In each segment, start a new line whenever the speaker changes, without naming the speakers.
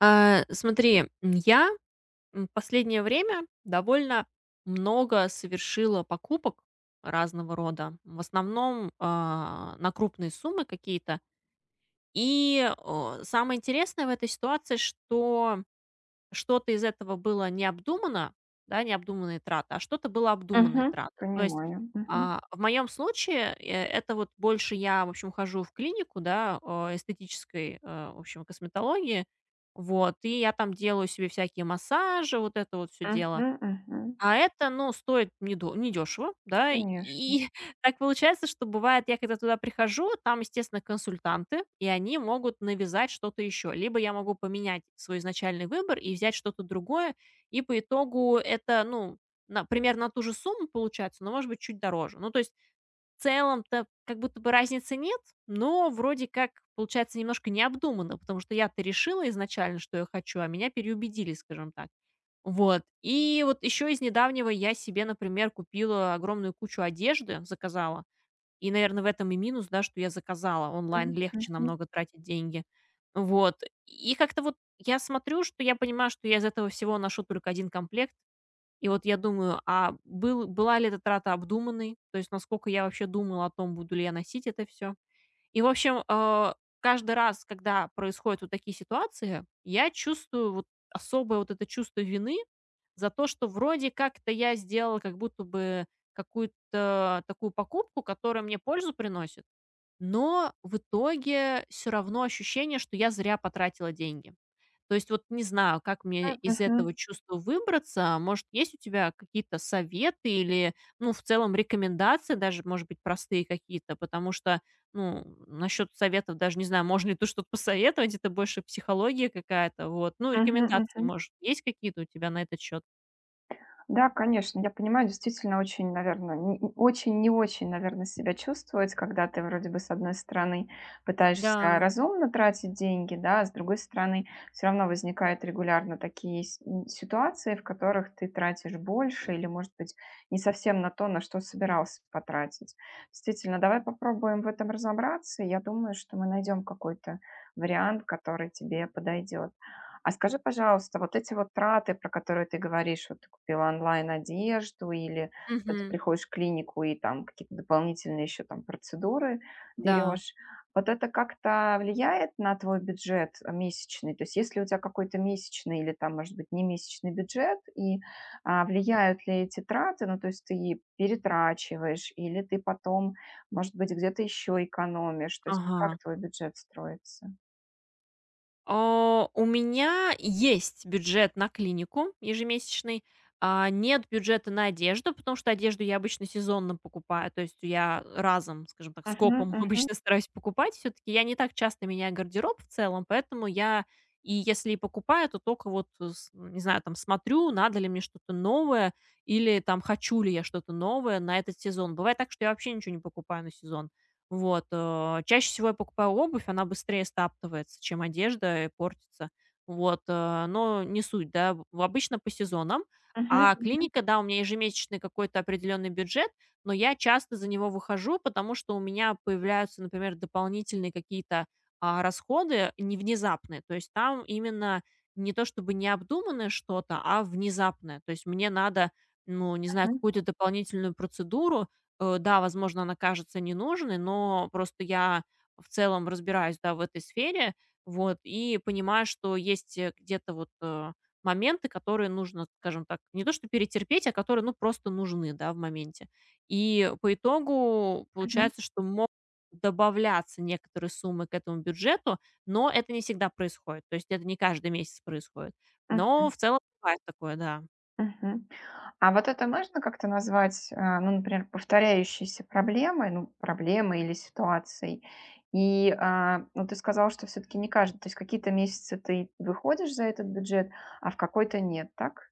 Смотри, я последнее время довольно много совершила покупок разного рода. В основном на крупные суммы какие-то. И самое интересное в этой ситуации, что что-то из этого было необдуманно, да, необдуманные траты, а что-то было обдуманные
Мгм.
траты. То есть
Понимаю. Мгм.
в моем случае это вот больше я, в общем, хожу в клинику, да, эстетической, в общем, косметологии, вот, и я там делаю себе всякие массажи, вот это вот все дело.
Мгм, мгм.
А это, ну, стоит недо недешево, да.
Конечно.
И так получается, что бывает, я когда туда прихожу, там, естественно, консультанты, и они могут навязать что-то еще. Либо я могу поменять свой изначальный выбор и взять что-то другое, и по итогу это, ну, на примерно на ту же сумму получается, но, может быть, чуть дороже. Ну, то есть в целом-то как будто бы разницы нет, но вроде как получается немножко необдуманно, потому что я-то решила изначально, что я хочу, а меня переубедили, скажем так. Вот. И вот еще из недавнего я себе, например, купила огромную кучу одежды, заказала. И, наверное, в этом и минус, да, что я заказала. Онлайн
М.
легче
Мгм.
намного тратить деньги. Вот. И как-то вот я смотрю, что я понимаю, что я из этого всего ношу только один комплект. И вот я думаю, была ли эта трата обдуманной? То есть насколько я вообще думала о том, буду ли я носить это все? И, в общем, каждый раз, когда происходят вот такие ситуации, я чувствую вот особое вот это чувство вины за то, что вроде как-то я сделала как будто бы какую-то такую покупку, которая мне пользу приносит, но в итоге все равно ощущение, что я зря потратила деньги. То есть вот не знаю, как мне
М,
из
мгм.
этого чувства выбраться. Может, есть у тебя какие-то советы или, ну, в целом рекомендации даже, может быть, простые какие-то, потому что, ну, насчет советов даже не знаю, можно ли тут что-то посоветовать, это больше психология какая-то, вот. Ну,
Мгм,
рекомендации,
мгм.
может, есть какие-то у тебя на этот счет?
Да, конечно, я понимаю, действительно очень, наверное, очень не очень, наверное, себя чувствовать, когда ты вроде бы с одной стороны
Да.
пытаешься разумно тратить деньги, да, а с другой стороны все равно возникают регулярно такие ситуации, в которых ты тратишь больше или, может быть, не совсем на то, на что собирался потратить. Действительно, давай попробуем в этом разобраться. Я думаю, что мы найдем какой-то вариант, который тебе подойдет. А скажи, пожалуйста, вот эти вот траты, про которые ты говоришь, вот ты купила онлайн одежду или когда ты
Мгм.
приходишь в клинику и там какие-то дополнительные еще там процедуры
Да.
берешь, вот это как-то влияет на твой бюджет месячный? То есть если у тебя какой-то месячный или там, может быть, не месячный бюджет, и влияют ли эти траты, ну, то есть ты перетрачиваешь или ты потом, может быть, где-то еще экономишь, то есть вот как
Ага.
твой бюджет строится?
У меня есть бюджет на клинику ежемесячный, нет бюджета на одежду, потому что одежду я обычно сезонно покупаю, то есть я разом, скажем так,
Мгм,
скопом
мгм,
обычно стараюсь покупать. Все-таки я не так часто меняю гардероб в целом, поэтому я и если и покупаю, то только вот, не знаю, там смотрю, надо ли мне что-то новое, или там хочу ли я что-то новое на этот сезон. Бывает так, что я вообще ничего не покупаю на сезон. Вот, чаще всего я покупаю обувь, она быстрее стаптывается, чем одежда, и портится. Вот, но не суть, да, в обычно по сезонам.
мгм,
А
мгм,
клиника, да, у меня ежемесячный какой-то определенный бюджет, но я часто за него выхожу, потому что у меня появляются, например, дополнительные какие-то расходы, не внезапные. То есть там именно не то чтобы необдуманное что-то, а внезапное. То есть мне надо, ну, не знаю,
мгм.
какую-то дополнительную процедуру. Да, возможно, она кажется ненужной, но просто я в целом разбираюсь, да, в этой сфере, вот, и понимаю, что есть где-то вот, моменты, которые нужно, скажем так, не то что перетерпеть, а которые, ну, просто нужны, да, в моменте. И по итогу
Мгм,
получается, что могут добавляться некоторые суммы к этому бюджету, но это не всегда происходит, то есть это не каждый месяц происходит.
м,
Но в целом бывает такое, да.
мгм. А вот это можно как-то назвать, ну, например, повторяющейся проблемой, ну, проблемой или ситуацией? И, ну, ты сказал, что все-таки не каждый, то есть какие-то месяцы ты выходишь за этот бюджет, а в какой-то нет, так?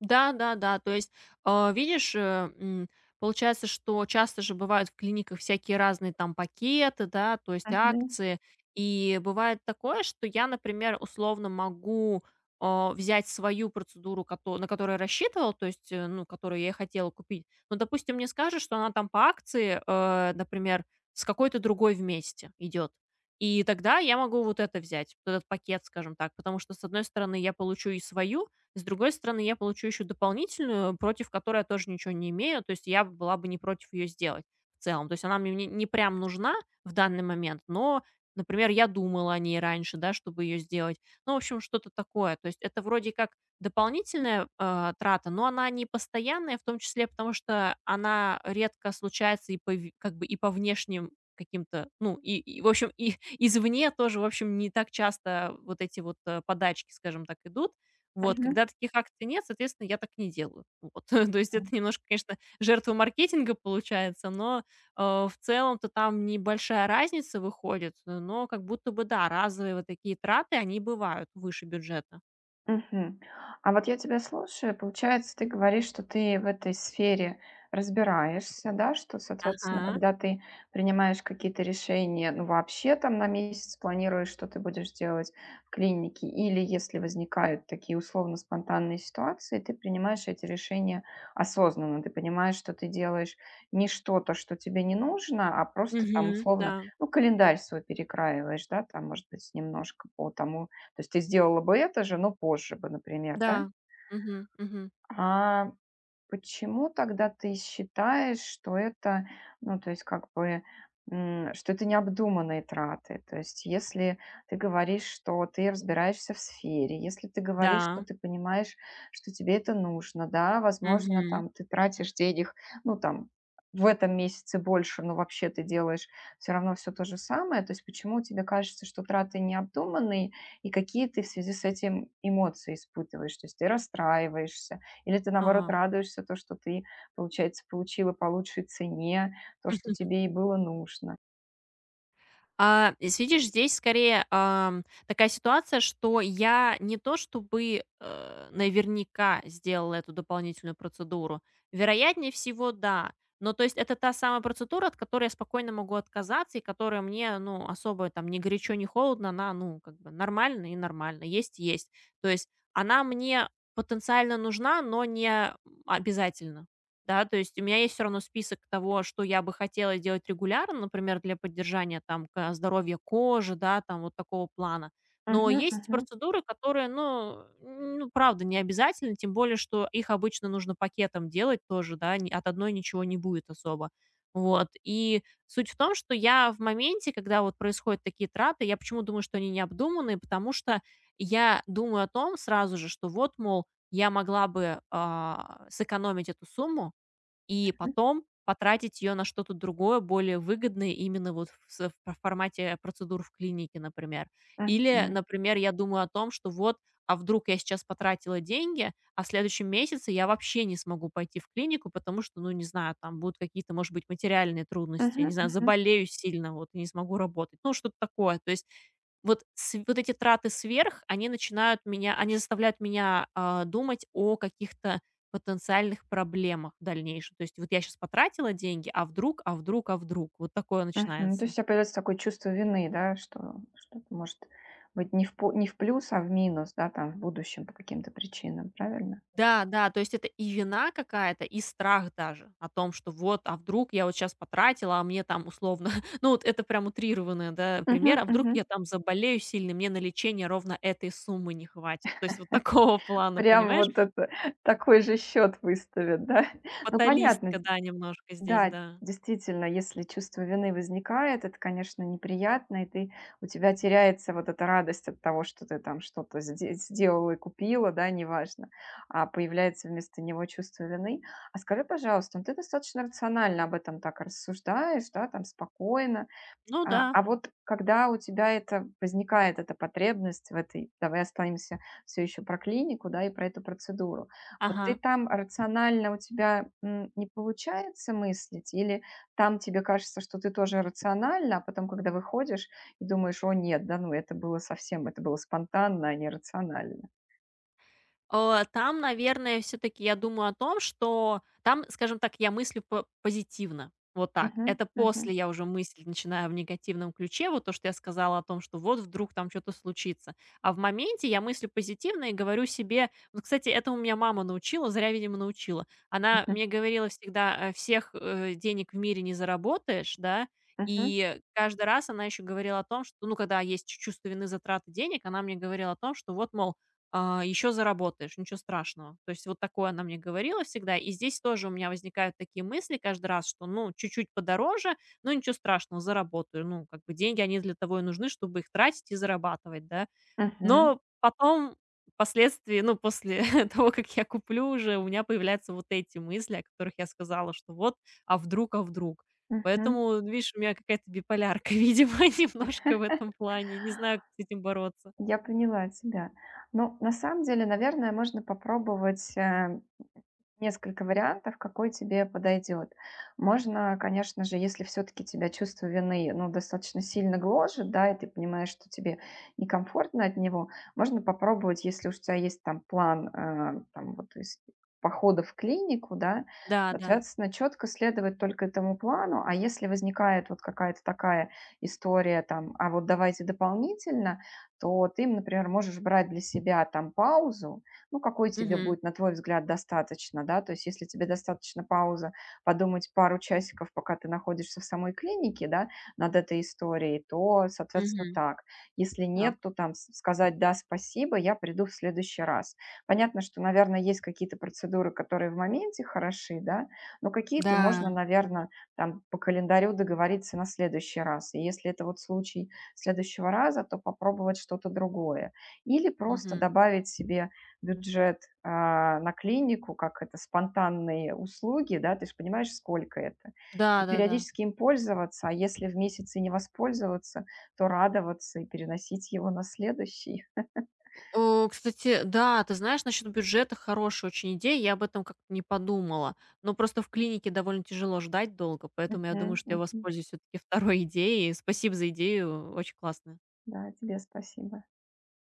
Да, да, да. То есть, видишь, м, получается, что часто же бывают в клиниках всякие разные там пакеты, да, то есть
Мгм,
акции. И бывает такое, что я, например, условно могу взять свою процедуру, на которую я рассчитывала, то есть, ну, которую я и хотела купить. Но, допустим, мне скажут, что она там по акции, например, с какой-то другой вместе идет. И тогда я могу вот это взять, вот этот пакет, скажем так, потому что, с одной стороны, я получу и свою, с другой стороны, я получу еще дополнительную, против которой я тоже ничего не имею. То есть я была бы не против ее сделать в целом. То есть она мне не прям нужна в данный момент, но, например, я думала о ней раньше, да, чтобы ее сделать. Ну, в общем, что-то такое. То есть это вроде как дополнительная трата, но она не постоянная, в том числе потому, что она редко случается и как бы и по внешним каким-то, ну, в общем, и извне тоже, в общем, не так часто вот эти вот, подачки, скажем так, идут. Вот,
мгм.
когда таких акций нет, соответственно, я так не делаю. Вот. То есть это немножко, конечно, жертва маркетинга получается, но, в целом-то там небольшая разница выходит, но как будто бы, да, разовые вот такие траты, они бывают выше бюджета.
Мгм. А вот я тебя слушаю, получается, ты говоришь, что ты в этой сфере разбираешься, да, что, соответственно,
Ага.
когда ты принимаешь какие-то решения, ну, вообще там на месяц планируешь, что ты будешь делать в клинике, или если возникают такие условно-спонтанные ситуации, ты принимаешь эти решения осознанно, ты понимаешь, что ты делаешь не что-то, что тебе не нужно, а просто там
Мгм. Да.
условно, ну, календарь свой перекраиваешь, да, там, может быть, немножко по тому, то есть ты сделала бы это же, но позже бы, например, да?
Да. Мгм. Мгм.
А почему тогда ты считаешь, что это, ну, то есть как бы, что это необдуманные траты? То есть если ты говоришь, что ты разбираешься в сфере, если ты говоришь, что
Да.
ты понимаешь, что тебе это нужно, да, возможно,
Мгм.
там ты тратишь денег, ну, там, в этом месяце больше, но вообще ты делаешь все равно все то же самое. То есть почему тебе кажется, что траты необдуманные, и какие ты в связи с этим эмоции испытываешь? То есть ты расстраиваешься, или ты, наоборот,
Ага.
радуешься, то, что ты, получается, получила по лучшей цене то, что тебе и было нужно.
А, с видишь, здесь скорее, такая ситуация, что я не то чтобы, наверняка сделала эту дополнительную процедуру. Вероятнее всего, да. Но то есть это та самая процедура, от которой я спокойно могу отказаться и которая мне, ну, особо там ни горячо, ни холодно, она, ну, как бы нормально и нормально, есть и есть. То есть она мне потенциально нужна, но не обязательно, да, то есть у меня есть все равно список того, что я бы хотела делать регулярно, например, для поддержания там к здоровья кожи, да, там вот такого плана. Но
Мгм,
есть
мгм,
процедуры, которые, ну, правда, не обязательны, тем более, что их обычно нужно пакетом делать тоже, да, ни от одной ничего не будет особо. Вот, и суть в том, что я в моменте, когда вот происходят такие траты, я почему думаю, что они необдуманные, потому что я думаю о том сразу же, что вот, мол, я могла бы, сэкономить эту сумму, и
мгм,
потом потратить ее на что-то другое, более выгодное именно вот в формате процедур в клинике, например. Или,
мгм,
например, я думаю о том, что вот, а вдруг я сейчас потратила деньги, а в следующем месяце я вообще не смогу пойти в клинику, потому что, ну, не знаю, там будут какие-то, может быть, материальные трудности, я не
мгм,
знаю,
мгм,
заболею сильно, вот, и не смогу работать. Ну, что-то такое. То есть вот с вот эти траты сверх, они начинают меня они заставляют меня, думать о каких-то потенциальных проблемах в дальнейшем. То есть вот я сейчас потратила деньги, а вдруг? Вот такое
мгм. То есть
начинается.
у тебя появляется такое чувство вины, да, что что-то может быть не в плюс, а в минус, да, там в будущем по каким-то причинам, правильно?
Да, да, то есть это и вина какая-то, и страх даже о том, что вот, а вдруг я вот сейчас потратила, а мне там условно, ну, вот это прям утрированный, да,
Мгм,
пример, а вдруг
мгм.
я там заболею сильно, мне на лечение ровно этой суммы не хватит. То есть вот такого плана,
Прям
понимаешь?
вот это такой же счет выставят, да? Ну, понятно.
Фаталистка, да, немножко здесь,
Да,
да.
действительно, если чувство вины возникает, это, конечно, неприятно, и ты, у тебя теряется вот эта радость от того, что ты там что-то сделала и купила, да, неважно, а появляется вместо него чувство вины. А скажи, пожалуйста, ну, ты достаточно рационально об этом так рассуждаешь, да, там спокойно,
Ну да,
а вот когда у тебя это возникает эта потребность в этой, давай останемся все еще про клинику, да, и про эту процедуру. Вот ты
ага.
там рационально у тебя не получается мыслить, или там тебе кажется, что ты тоже рационально, а потом, когда выходишь и думаешь, о нет, да, ну это было совсем, это было спонтанно, а не рационально.
Там, наверное, все таки я думаю о том, что там, скажем так, я мыслю по позитивно. Вот так.
Мгм,
Это
мгм,
после я уже мыслить начинаю в негативном ключе. Вот то, что я сказала о том, что вот вдруг там что то случится. А в моменте я мыслю позитивно и говорю себе. Вот, кстати, этому меня мама научила, зря, видимо, научила. Она
мгм,
мне говорила всегда: Всех, денег в мире не заработаешь», да.
мгм,
И каждый раз она еще говорила о том, что, ну, когда есть чу чувство вины за траты денег, она мне говорила о том, что вот, мол, еще заработаешь, ничего страшного. То есть вот такое она мне говорила всегда. И здесь тоже у меня возникают такие мысли каждый раз, что, ну, чуть-чуть подороже, но ничего страшного, заработаю. Ну, как бы деньги, они для того и нужны, чтобы их тратить и зарабатывать, да.
мгм,
Но потом, впоследствии, ну, после того, как я куплю уже, у меня появляются вот эти мысли, о которых я сказала, что вот, а вдруг.
мгм.
Поэтому, видишь, у меня какая-то биполярка, видимо, немножко в этом плане. Не знаю, как с этим бороться.
Я поняла тебя. Ну, на самом деле, наверное, можно попробовать несколько вариантов, какой тебе подойдет. Можно, конечно же, если все-таки тебя чувство вины, ну, достаточно сильно гложет, да, и ты понимаешь, что тебе некомфортно от него, можно попробовать, если уж у тебя есть там план, там вот из похода в клинику, да,
Да, да.
соответственно, четко следовать только этому плану, а если возникает вот какая-то такая история там, а вот давайте дополнительно, то ты, например, можешь брать для себя там паузу, ну, какой тебе
Мгм.
будет, на твой взгляд, достаточно, да, то есть если тебе достаточно пауза подумать пару часиков, пока ты находишься в самой клинике, да, над этой историей, то, соответственно,
Мгм.
так. Если нет,
Так.
то там сказать «да, спасибо, я приду в следующий раз». Понятно, что, наверное, есть какие-то процедуры, которые в моменте хороши, да, но какие-то можно,
Да.
наверное, там по календарю договориться на следующий раз. И если это вот случай следующего раза, то попробовать что-то другое. Или просто
Мгм.
добавить себе бюджет, на клинику, как это, спонтанные услуги, да, ты же понимаешь, сколько это. И
Да-да-да.
периодически им пользоваться, а если в месяц и не воспользоваться, то радоваться и переносить его на следующий.
О, кстати, да, ты знаешь, насчет бюджета хорошая очень идея, я об этом как-то не подумала. Но просто в клинике довольно тяжело ждать долго, поэтому я
Мгм,
думаю, что я
мгм.
воспользуюсь все-таки второй идеей. Спасибо за идею, очень классная.
Да, тебе спасибо.